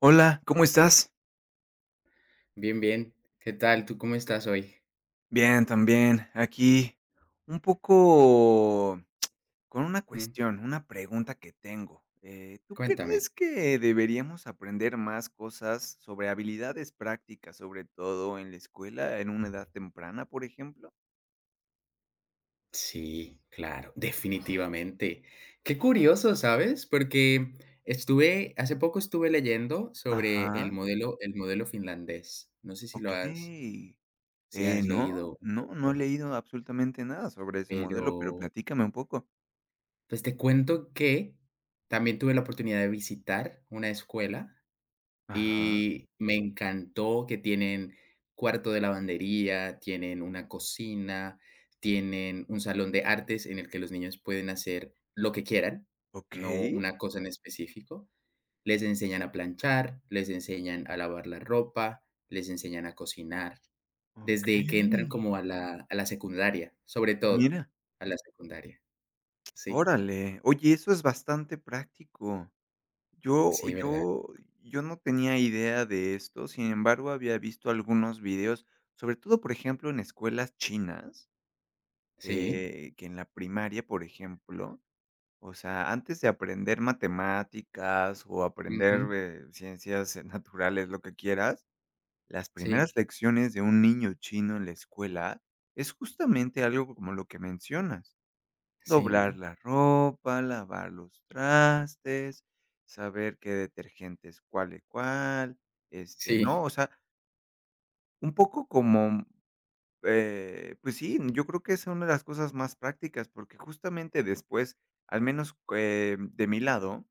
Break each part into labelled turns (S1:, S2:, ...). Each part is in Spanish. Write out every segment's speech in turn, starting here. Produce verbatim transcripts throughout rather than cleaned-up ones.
S1: Hola, ¿cómo estás?
S2: Bien, bien. ¿Qué tal? ¿Tú cómo estás hoy?
S1: Bien, también. Aquí un poco con una
S2: Mm,
S1: cuestión, una pregunta que tengo. Eh, ¿tú
S2: cuéntame.
S1: crees que deberíamos aprender más cosas sobre habilidades prácticas, sobre todo en la escuela, en una edad temprana, por ejemplo?
S2: Sí, claro, definitivamente. Qué curioso, ¿sabes? Porque estuve, hace poco estuve leyendo sobre el
S1: Ajá,
S2: modelo, el modelo finlandés. No sé si lo has,
S1: okey.
S2: si
S1: Eh,
S2: has
S1: no,
S2: leído un
S1: no, no he
S2: poco,
S1: leído absolutamente nada sobre ese modelo, pero
S2: pero
S1: platícame un poco.
S2: pues te cuento que también tuve la oportunidad de visitar una escuela.
S1: Ajá,
S2: Y me encantó que tienen cuarto de lavandería, tienen una cocina, tienen un salón de artes en el que los niños pueden hacer lo que quieran, no
S1: okey,
S2: una cosa en específico. Les enseñan a planchar, les enseñan a lavar la ropa, les enseñan a cocinar, desde que entran
S1: okey,
S2: como a la a la secundaria, sobre todo
S1: mira.
S2: a la secundaria. Sí,
S1: Órale, oye, eso es bastante práctico. Yo
S2: sí, ¿verdad?
S1: yo yo no tenía idea de esto, sin embargo, había visto algunos videos, sobre todo, por ejemplo, en escuelas chinas,
S2: Sí,
S1: eh, que en la primaria, por ejemplo, o sea, antes de aprender matemáticas o aprender,
S2: ujú,
S1: eh, ciencias eh, naturales, lo que quieras, las primeras
S2: sí,
S1: lecciones de un niño chino en la escuela es justamente algo como lo que mencionas.
S2: sí,
S1: Doblar
S2: ¿no?
S1: la ropa, lavar los trastes, saber qué detergente es cuál y cuál, este, ¿no?
S2: Sí,
S1: O sea, un poco como, eh, pues sí, yo creo que es una de las cosas más prácticas, porque justamente después, al menos, eh, de mi lado,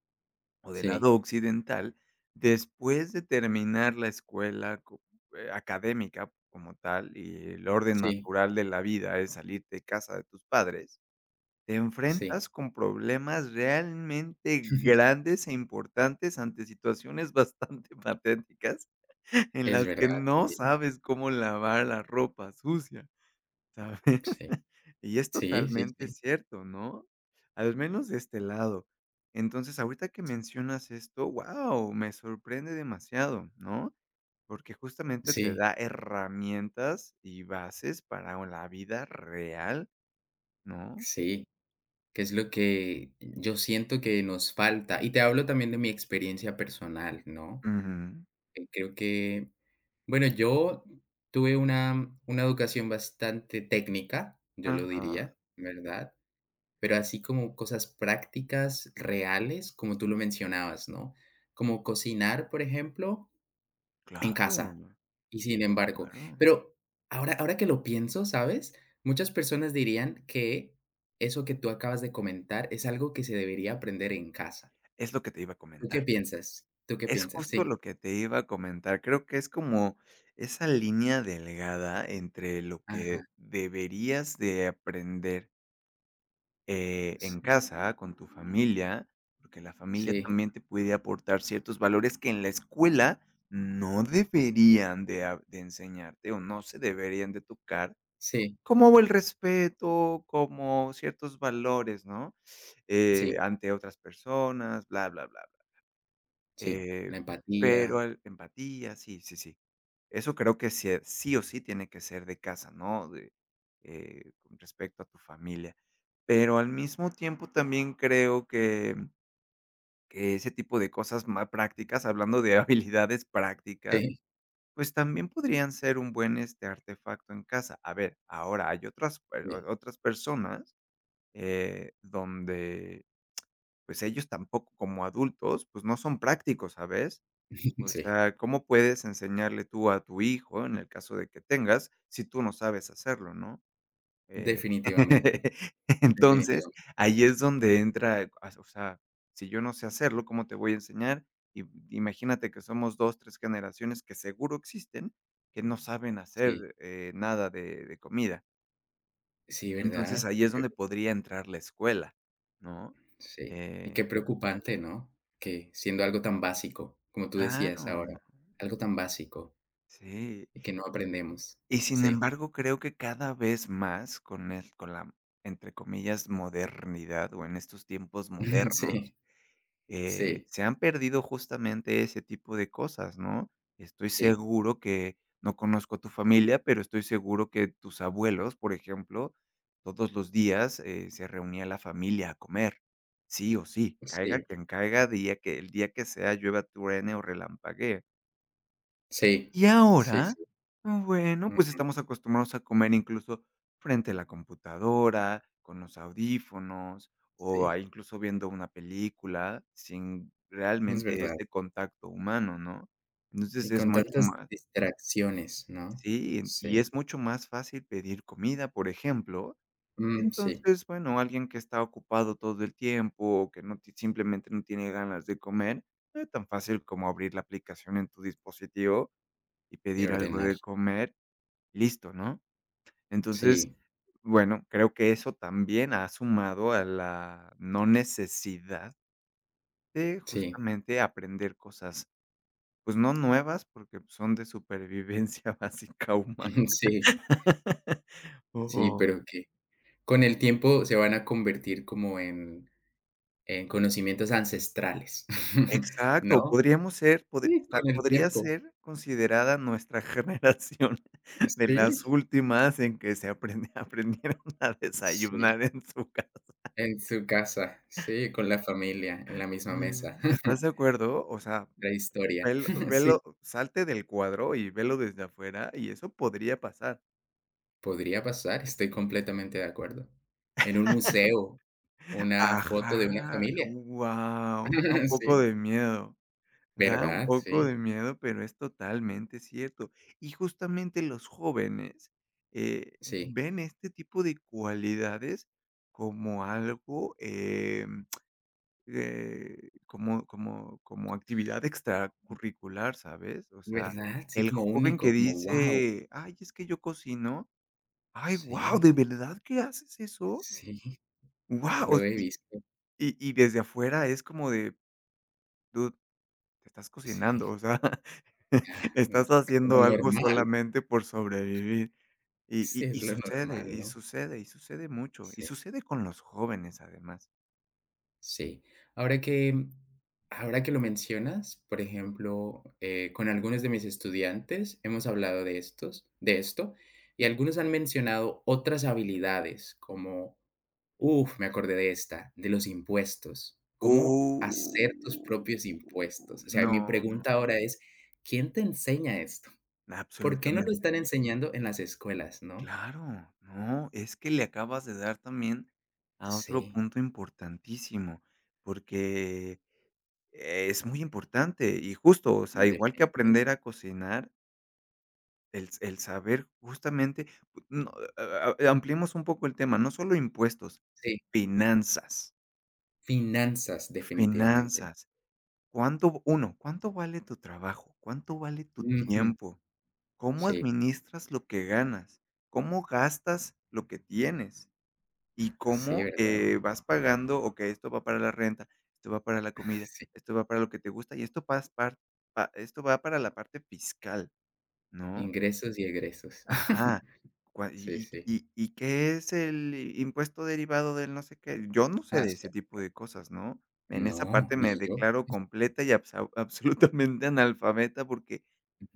S1: o del
S2: sí,
S1: lado occidental, después de terminar la escuela co eh, académica como tal, y el orden
S2: sí.
S1: natural de la vida es salir de casa de tus padres, te
S2: Sí,
S1: enfrentas con problemas realmente grandes e importantes ante situaciones bastante patéticas en
S2: es
S1: las que
S2: verdad,
S1: no
S2: sí,
S1: sabes cómo lavar la ropa sucia, ¿sabes?
S2: sí,
S1: Y es
S2: sí, sí,
S1: totalmente
S2: sí,
S1: cierto, ¿no? Al menos de este lado. Entonces, ahorita que mencionas esto, ¡wow!, me sorprende demasiado, ¿no? Porque justamente te
S2: sí,
S1: da herramientas y bases para la vida real, ¿no?
S2: sí, que es lo que yo siento que nos falta. Y te hablo también de mi experiencia personal, ¿no?
S1: Ujú.
S2: Eh, Creo que, bueno, yo tuve una, una educación bastante técnica, yo lo
S1: Ajá.
S2: diría, ¿verdad? Pero así como cosas prácticas, reales, como tú lo mencionabas, ¿no? Como cocinar, por ejemplo, en
S1: Claro,
S2: casa, y sin embargo.
S1: claro.
S2: Pero ahora ahora que lo pienso, ¿sabes? Muchas personas dirían que eso que tú acabas de comentar es algo que se debería aprender en casa.
S1: Es lo que te iba a
S2: ¿Tú
S1: comentar.
S2: qué piensas? ¿Tú qué
S1: Es
S2: piensas?
S1: justo
S2: Sí.
S1: lo que te iba a comentar. Creo que es como esa línea delgada entre lo
S2: Ajá.
S1: que deberías de aprender, eh, en
S2: Sí,
S1: casa, con tu familia, porque la familia
S2: sí,
S1: también te puede aportar ciertos valores que en la escuela no deberían de a de enseñarte o no se deberían de tocar.
S2: sí,
S1: Como el respeto, como ciertos valores, ¿no? Eh,
S2: sí,
S1: ante otras personas, bla, bla, bla, bla.
S2: sí.
S1: Eh,
S2: La empatía.
S1: pero el empatía, sí, sí, sí. Eso creo que sí, sí o sí tiene que ser de casa, ¿no? De, eh, con respecto a tu familia. Pero al mismo tiempo también creo que, que ese tipo de cosas más prácticas, hablando de habilidades prácticas,
S2: Sí,
S1: pues también podrían ser un buen, este, artefacto en casa. A ver, ahora hay otras per
S2: sí,
S1: o otras personas, eh, donde, pues, ellos tampoco como adultos, pues, no son prácticos, ¿sabes? O
S2: sí.
S1: sea, ¿cómo puedes enseñarle tú a tu hijo, en el caso de que tengas, si tú no sabes hacerlo, no? Eh,
S2: Definitivamente,
S1: entonces,
S2: definitivamente.
S1: ahí es donde entra, as o sea, si yo no sé hacerlo, ¿cómo te voy a enseñar? Y imagínate que somos dos tres generaciones que seguro existen, que no saben
S2: Sí,
S1: hacer, eh, nada de de comida.
S2: sí,
S1: Entonces,
S2: ¿verdad?
S1: ahí es donde podría entrar la escuela, ¿no?
S2: Sí, y qué
S1: Eh,
S2: preocupante, ¿no? Que siendo algo tan básico, como tú decías
S1: claro,
S2: ahora, algo tan básico
S1: sí.
S2: y que no aprendemos.
S1: Y sin
S2: Sí,
S1: embargo, creo que cada vez más con el con la, entre comillas, modernidad o en estos tiempos modernos
S2: sí,
S1: eh,
S2: sí,
S1: se han perdido justamente ese tipo de cosas, ¿no? Estoy
S2: sí,
S1: seguro que no conozco a tu familia, pero estoy seguro que tus abuelos, por ejemplo, todos los días, eh, se reunía la familia a comer, sí o sí, caiga
S2: sí,
S1: quien caiga, día que el día que sea, llueva, truene o relampaguee.
S2: sí,
S1: Y
S2: sí,
S1: ahora,
S2: sí,
S1: bueno, pues
S2: mm,
S1: estamos acostumbrados a comer incluso frente a la computadora, con los audífonos o a
S2: sí,
S1: incluso viendo una película sin
S2: es
S1: realmente
S2: verdad.
S1: ese contacto humano, ¿no? Entonces
S2: Y
S1: es
S2: con
S1: mucho
S2: tantas
S1: más,
S2: distracciones, ¿no?
S1: sí, y
S2: Sí,
S1: es mucho más fácil pedir comida, por ejemplo.
S2: mm, sí,
S1: Entonces, bueno, alguien que está ocupado todo el tiempo o que no ti simplemente no tiene ganas de comer, no es tan fácil como abrir la aplicación en tu dispositivo y
S2: y
S1: pedir algo
S2: ordenar.
S1: de comer. Listo, ¿no? Entonces,
S2: Sí,
S1: bueno, creo que eso también ha sumado a la no necesidad de
S2: sí,
S1: justamente aprender cosas, pues, no nuevas, porque son de supervivencia básica humana.
S2: sí, sí,
S1: Ujú.
S2: pero que con el tiempo se van a convertir como en en conocimientos ancestrales,
S1: Exacto,
S2: ¿no?
S1: podríamos ser podr
S2: Sí,
S1: esta
S2: con el
S1: podría
S2: tiempo.
S1: ser considerada nuestra generación de las
S2: Sí,
S1: últimas en que se aprende aprendieron a
S2: sí,
S1: desayunar en su casa.
S2: en su casa, sí, con la familia, en la misma mesa,
S1: Mm. ¿Estás de acuerdo? O sea,
S2: la historia.
S1: velo
S2: Sí,
S1: velo salte del cuadro y velo desde afuera, y eso podría pasar.
S2: podría pasar, estoy completamente de acuerdo. En un museo, una foto de una
S1: Ajá,
S2: familia.
S1: guau, da un poco
S2: Sí,
S1: de miedo, da un
S2: ¿verdad?
S1: poco
S2: Sí,
S1: de miedo, pero es totalmente cierto. Y justamente los jóvenes, eh,
S2: sí,
S1: ven este tipo de cualidades como algo, em, eh, como como como actividad extracurricular, ¿sabes? O sea,
S2: ¿verdad? Sí,
S1: el
S2: como
S1: joven que
S2: único, como wow.
S1: dice: "Ay, es que yo cocino". ¡Ay, wow! ¿De
S2: Sí,
S1: verdad que haces eso?
S2: sí,
S1: Wow.
S2: lo he
S1: y
S2: visto.
S1: y y desde afuera es como de: "Dude, te estás
S2: Sí,
S1: cocinando", o
S2: o
S1: sea,
S2: sea, no-
S1: estás
S2: lo
S1: haciendo algo
S2: normal.
S1: solamente por sobrevivir. Y
S2: Sí,
S1: y y
S2: es lo
S1: sucede,
S2: normal,
S1: y
S2: ¿no?
S1: sucede, y sucede mucho, y
S2: Sí.
S1: sucede con los jóvenes, además.
S2: Sí. Ahora que ahora que lo mencionas, por ejemplo, eh, con algunos de mis estudiantes hemos hablado de estos de esto, y algunos han mencionado otras habilidades como, uff, me acordé de esta, de los impuestos, cómo
S1: Uy,
S2: hacer tus propios impuestos. O sea, mi
S1: no, no,
S2: pregunta ahora es, ¿quién te enseña esto? ¿Por qué no lo
S1: absolutamente no.
S2: están enseñando en las escuelas, no?
S1: Claro, no, es que le acabas de dar también a otro
S2: Sí,
S1: punto importantísimo, porque es muy importante y justo, o sea, igual que
S2: definitivo.
S1: aprender a cocinar, el s el saber justamente, pu- no, a a ampliemos un poco el tema, no solo impuestos,
S2: Sí,
S1: finanzas,
S2: finanzas, definitivamente.
S1: finanzas. ¿Cuánto uno, cuánto vale tu trabajo? ¿Cuánto vale tu
S2: Ujú.
S1: tiempo? ¿Cómo
S2: Sí,
S1: administras lo que ganas? ¿Cómo gastas lo que tienes? Y
S2: sí,
S1: cómo,
S2: ¿verdad?
S1: eh, vas pagando, okey, esto va para la renta, esto va para la comida,
S2: Sí,
S1: esto va para lo que te gusta y esto pas par pa esto va para la parte fiscal, ¿no?
S2: ingresos y egresos.
S1: Ajá. Cua
S2: Sí,
S1: y
S2: sí.
S1: y y y qué es el impuesto derivado del no sé qué. Yo no sé
S2: Ah,
S1: de
S2: sí.
S1: ese tipo de cosas, ¿no? En esa
S2: No,
S1: parte me
S2: ni yo,
S1: declaro completa y absa absolutamente analfabeta, porque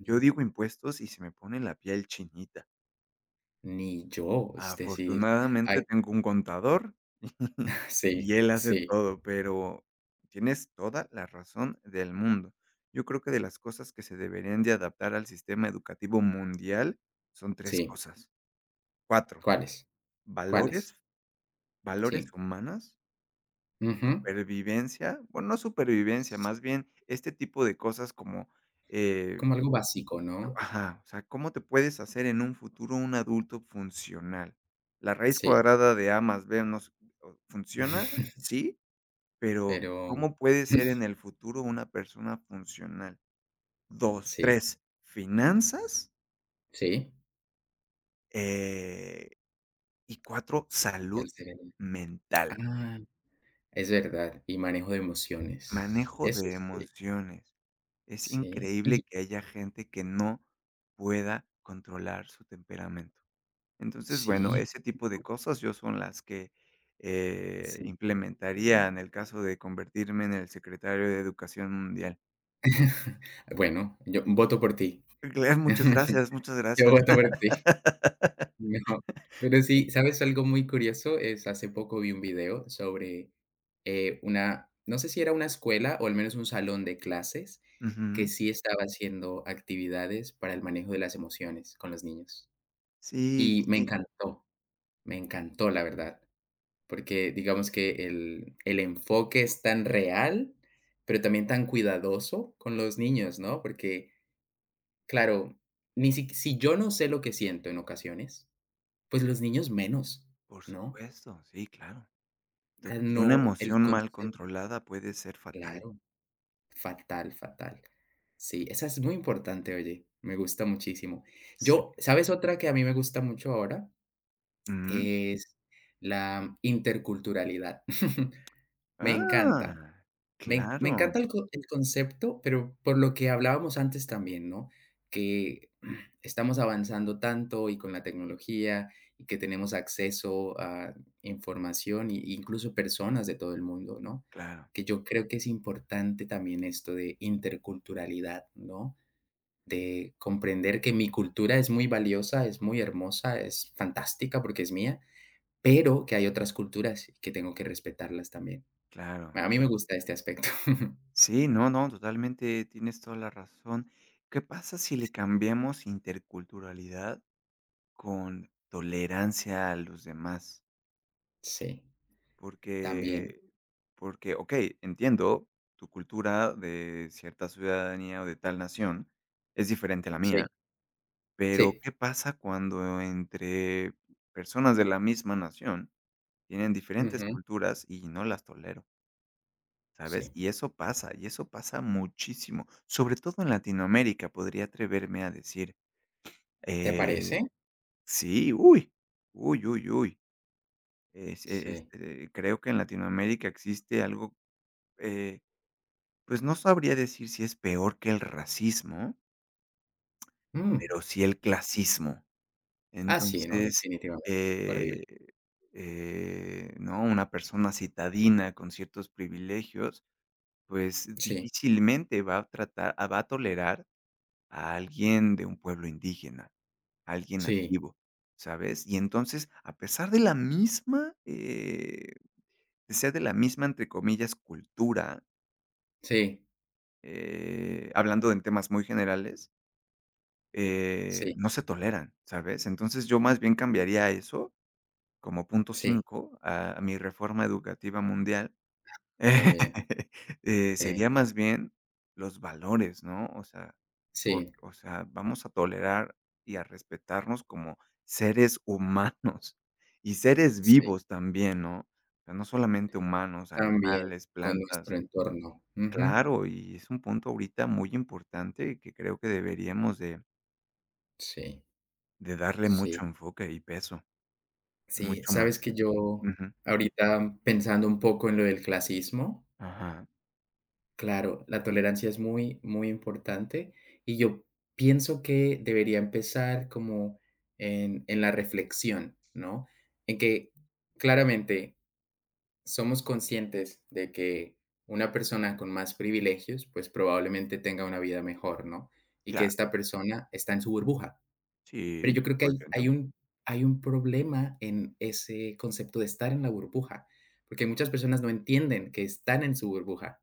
S2: ni
S1: yo digo impuestos y se me pone la piel chinita.
S2: ni yo, es decir, hay
S1: Afortunadamente tengo un contador
S2: sí,
S1: y él hace
S2: sí,
S1: todo, pero tienes toda la razón del mundo. Yo creo que de las cosas que se deberían de adaptar al sistema educativo mundial son tres
S2: sí.
S1: cosas, cuatro:
S2: ¿Cuáles? ¿Cuáles?
S1: valores, valores
S2: Sí.
S1: humanas,
S2: Ujú.
S1: supervivencia, bueno, no supervivencia, más bien este tipo de cosas como, eh,
S2: Como algo básico,
S1: co-
S2: ¿no?
S1: ajá, o sea, ¿cómo te puedes hacer en un futuro un adulto funcional? ¿La raíz
S2: Sí.
S1: cuadrada de A más B no s o- funciona? Sí. Pero,
S2: Pero
S1: ¿cómo puede ser en el futuro una persona funcional? Dos
S2: sí,
S1: tres finanzas,
S2: sí,
S1: eh, y cuatro salud
S2: ¿cuál sería?
S1: mental,
S2: Ah, es verdad, y manejo de emociones.
S1: manejo
S2: Eso
S1: de
S2: sí,
S1: emociones. Es
S2: sí,
S1: increíble
S2: y
S1: que haya gente que no pueda controlar su temperamento. Entonces, bueno,
S2: sí,
S1: ese tipo de cosas yo son las que, eh,
S2: sí.
S1: implementaría en el caso de convertirme en el secretario de Educación Mundial.
S2: Bueno, yo voto por ti.
S1: Claro, muchas gracias, muchas
S2: Yo
S1: gracias.
S2: voto por ti. No, pero sí, ¿sabes algo muy curioso? Es hace poco vi un video sobre, eh, una no sé si era una escuela o al menos un salón de clases que
S1: Ujú.
S2: sí estaba haciendo actividades para el manejo de las emociones con los niños.
S1: Sí,
S2: Y me
S1: sí,
S2: encantó, me encantó, la verdad, porque digamos que el el enfoque es tan real, pero también tan cuidadoso con los niños, ¿no? Porque claro, ni si, si yo no sé lo que siento en ocasiones, pues los niños menos,
S1: por
S2: ¿no?
S1: supuesto, sí, claro.
S2: O
S1: To
S2: sea,
S1: y una
S2: no, el
S1: emoción mal
S2: concepto,
S1: controlada puede ser fatal.
S2: claro, fatal, fatal. Sí, esa es muy importante, oye, me gusta muchísimo.
S1: Sí.
S2: Yo, ¿sabes otra que a mí me gusta mucho ahora?
S1: Ujú.
S2: Es la interculturalidad. Me encanta.
S1: Ah,
S2: Me me
S1: claro,
S2: encanta el co el concepto, pero por lo que hablábamos antes también, ¿no? Que mm, estamos avanzando tanto y con la tecnología y que tenemos acceso a información y incluso personas de todo el mundo, ¿no?
S1: claro,
S2: Que yo creo que es importante también esto de interculturalidad, ¿no? De comprender que mi cultura es muy valiosa, es muy hermosa, es fantástica porque es mía, pero que hay otras culturas y que tengo que respetarlas también.
S1: claro.
S2: A mí me gusta este aspecto.
S1: Sí, no, no, totalmente tienes toda la razón. ¿Qué pasa si le cambiamos interculturalidad con tolerancia a los demás?
S2: Sí, también.
S1: Porque porque, okey, entiendo, tu cultura de cierta ciudadanía o de tal nación es diferente a la
S2: Sí,
S1: mía. Pero,
S2: sí.
S1: ¿qué pasa cuando entre personas de la misma nación tienen diferentes
S2: Ujú,
S1: culturas y no las tolero? ¿Sabes?
S2: sí.
S1: Y eso pasa, y eso pasa muchísimo, sobre todo en Latinoamérica, podría atreverme a decir.
S2: ¿Te
S1: Eh,
S2: parece?
S1: sí, uy, uy, uy, uy. Es e
S2: Sí.
S1: este, creo que en Latinoamérica existe algo, eh, pues no sabría decir si es peor que el racismo,
S2: Mm,
S1: pero sí el
S2: qué bien.
S1: clasismo.
S2: Ah, sí, no,
S1: Entonces,
S2: definitivamente. Horrible.
S1: eh eh, ¿no? Una persona citadina con ciertos privilegios, pues,
S2: Sí,
S1: difícilmente va a tratar ah, va a tolerar a alguien de un pueblo indígena, a alguien
S2: sí,
S1: nativo, ¿sabes? Y entonces, a pesar de la misma, eh, de ser de la misma, entre comillas, cultura,
S2: sí,
S1: eh, hablando en temas muy generales, eh,
S2: sí,
S1: no se toleran, ¿sabes? Entonces, yo más bien cambiaría eso como punto
S2: sí.
S1: cinco a a mi reforma educativa mundial,
S2: Muy bien.
S1: eh,
S2: Sí,
S1: sería más bien los valores, ¿no? O sea, por
S2: sí,
S1: o sea, vamos a tolerar y a respetarnos como seres humanos y seres
S2: sí.
S1: vivos también, ¿no? O sea, no solamente humanos,
S2: También
S1: animales,
S2: con
S1: plantas.
S2: nuestro entorno. Ujú.
S1: Claro, y es un punto ahorita muy importante que creo que deberíamos de
S2: Sí,
S1: de darle mucho
S2: sí,
S1: enfoque y peso,
S2: sí.
S1: mucho más.
S2: Sabes que yo
S1: Ujú.
S2: ahorita pensando un poco en lo del clasismo,
S1: Ajá,
S2: claro, la tolerancia es muy, muy importante, y yo pienso que debería empezar como en, en la reflexión, ¿no? En que claramente somos conscientes de que una persona con más privilegios, pues probablemente tenga una vida mejor, ¿no? Y que
S1: claro.
S2: esta persona está en su burbuja. Pero
S1: Sí,
S2: yo creo que hay,
S1: cien por ciento.
S2: hay un, hay un problema en ese concepto de estar en la burbuja, porque muchas personas no entienden que están en su burbuja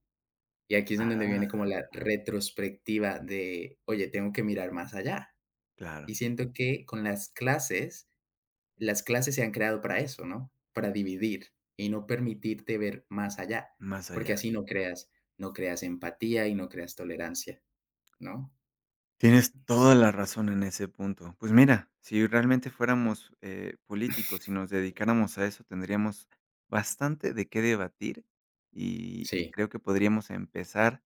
S2: y aquí es en donde
S1: Ajá,
S2: viene como la retrospectiva de, oye, tengo que mirar más allá.
S1: claro,
S2: Y siento que con las clases, las clases se han creado para eso, ¿no? Para dividir y no permitirte ver más allá,
S1: más allá.
S2: porque así no creas, no creas empatía y no creas tolerancia, ¿no?
S1: Tienes toda
S2: Sí,
S1: la razón en ese punto. Pues mira, si realmente fuéramos, eh, políticos y nos dedicáramos a eso, tendríamos bastante de qué debatir, y y
S2: sí,
S1: creo que podríamos empezar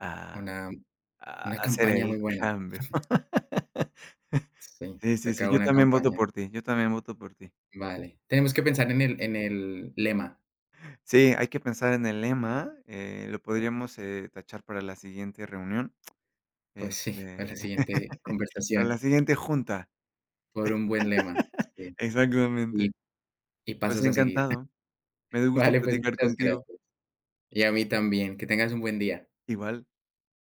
S1: a
S2: una,
S1: a
S2: una
S1: hacer
S2: campaña muy
S1: el
S2: buena.
S1: cambio.
S2: Sí,
S1: Sí, sí, sí,
S2: toca
S1: yo
S2: una
S1: también voto
S2: campaña.
S1: por ti, yo también voto por ti.
S2: Vale. Tenemos que pensar en el, en el lema.
S1: Sí, hay que pensar en el lema, eh, lo podríamos, eh, tachar para la siguiente reunión,
S2: Pues sí, para
S1: este,
S2: la siguiente
S1: para la
S2: conversación,
S1: siguiente junta.
S2: por un buen lema. Sí.
S1: Exactamente.
S2: Y Y
S1: Pues
S2: pasas a seguir.
S1: encantado. Me dio gusto
S2: Vale, pues
S1: platicar
S2: muchas
S1: contigo.
S2: gracias. Y a mí también. Que tengas un buen día.
S1: Igual.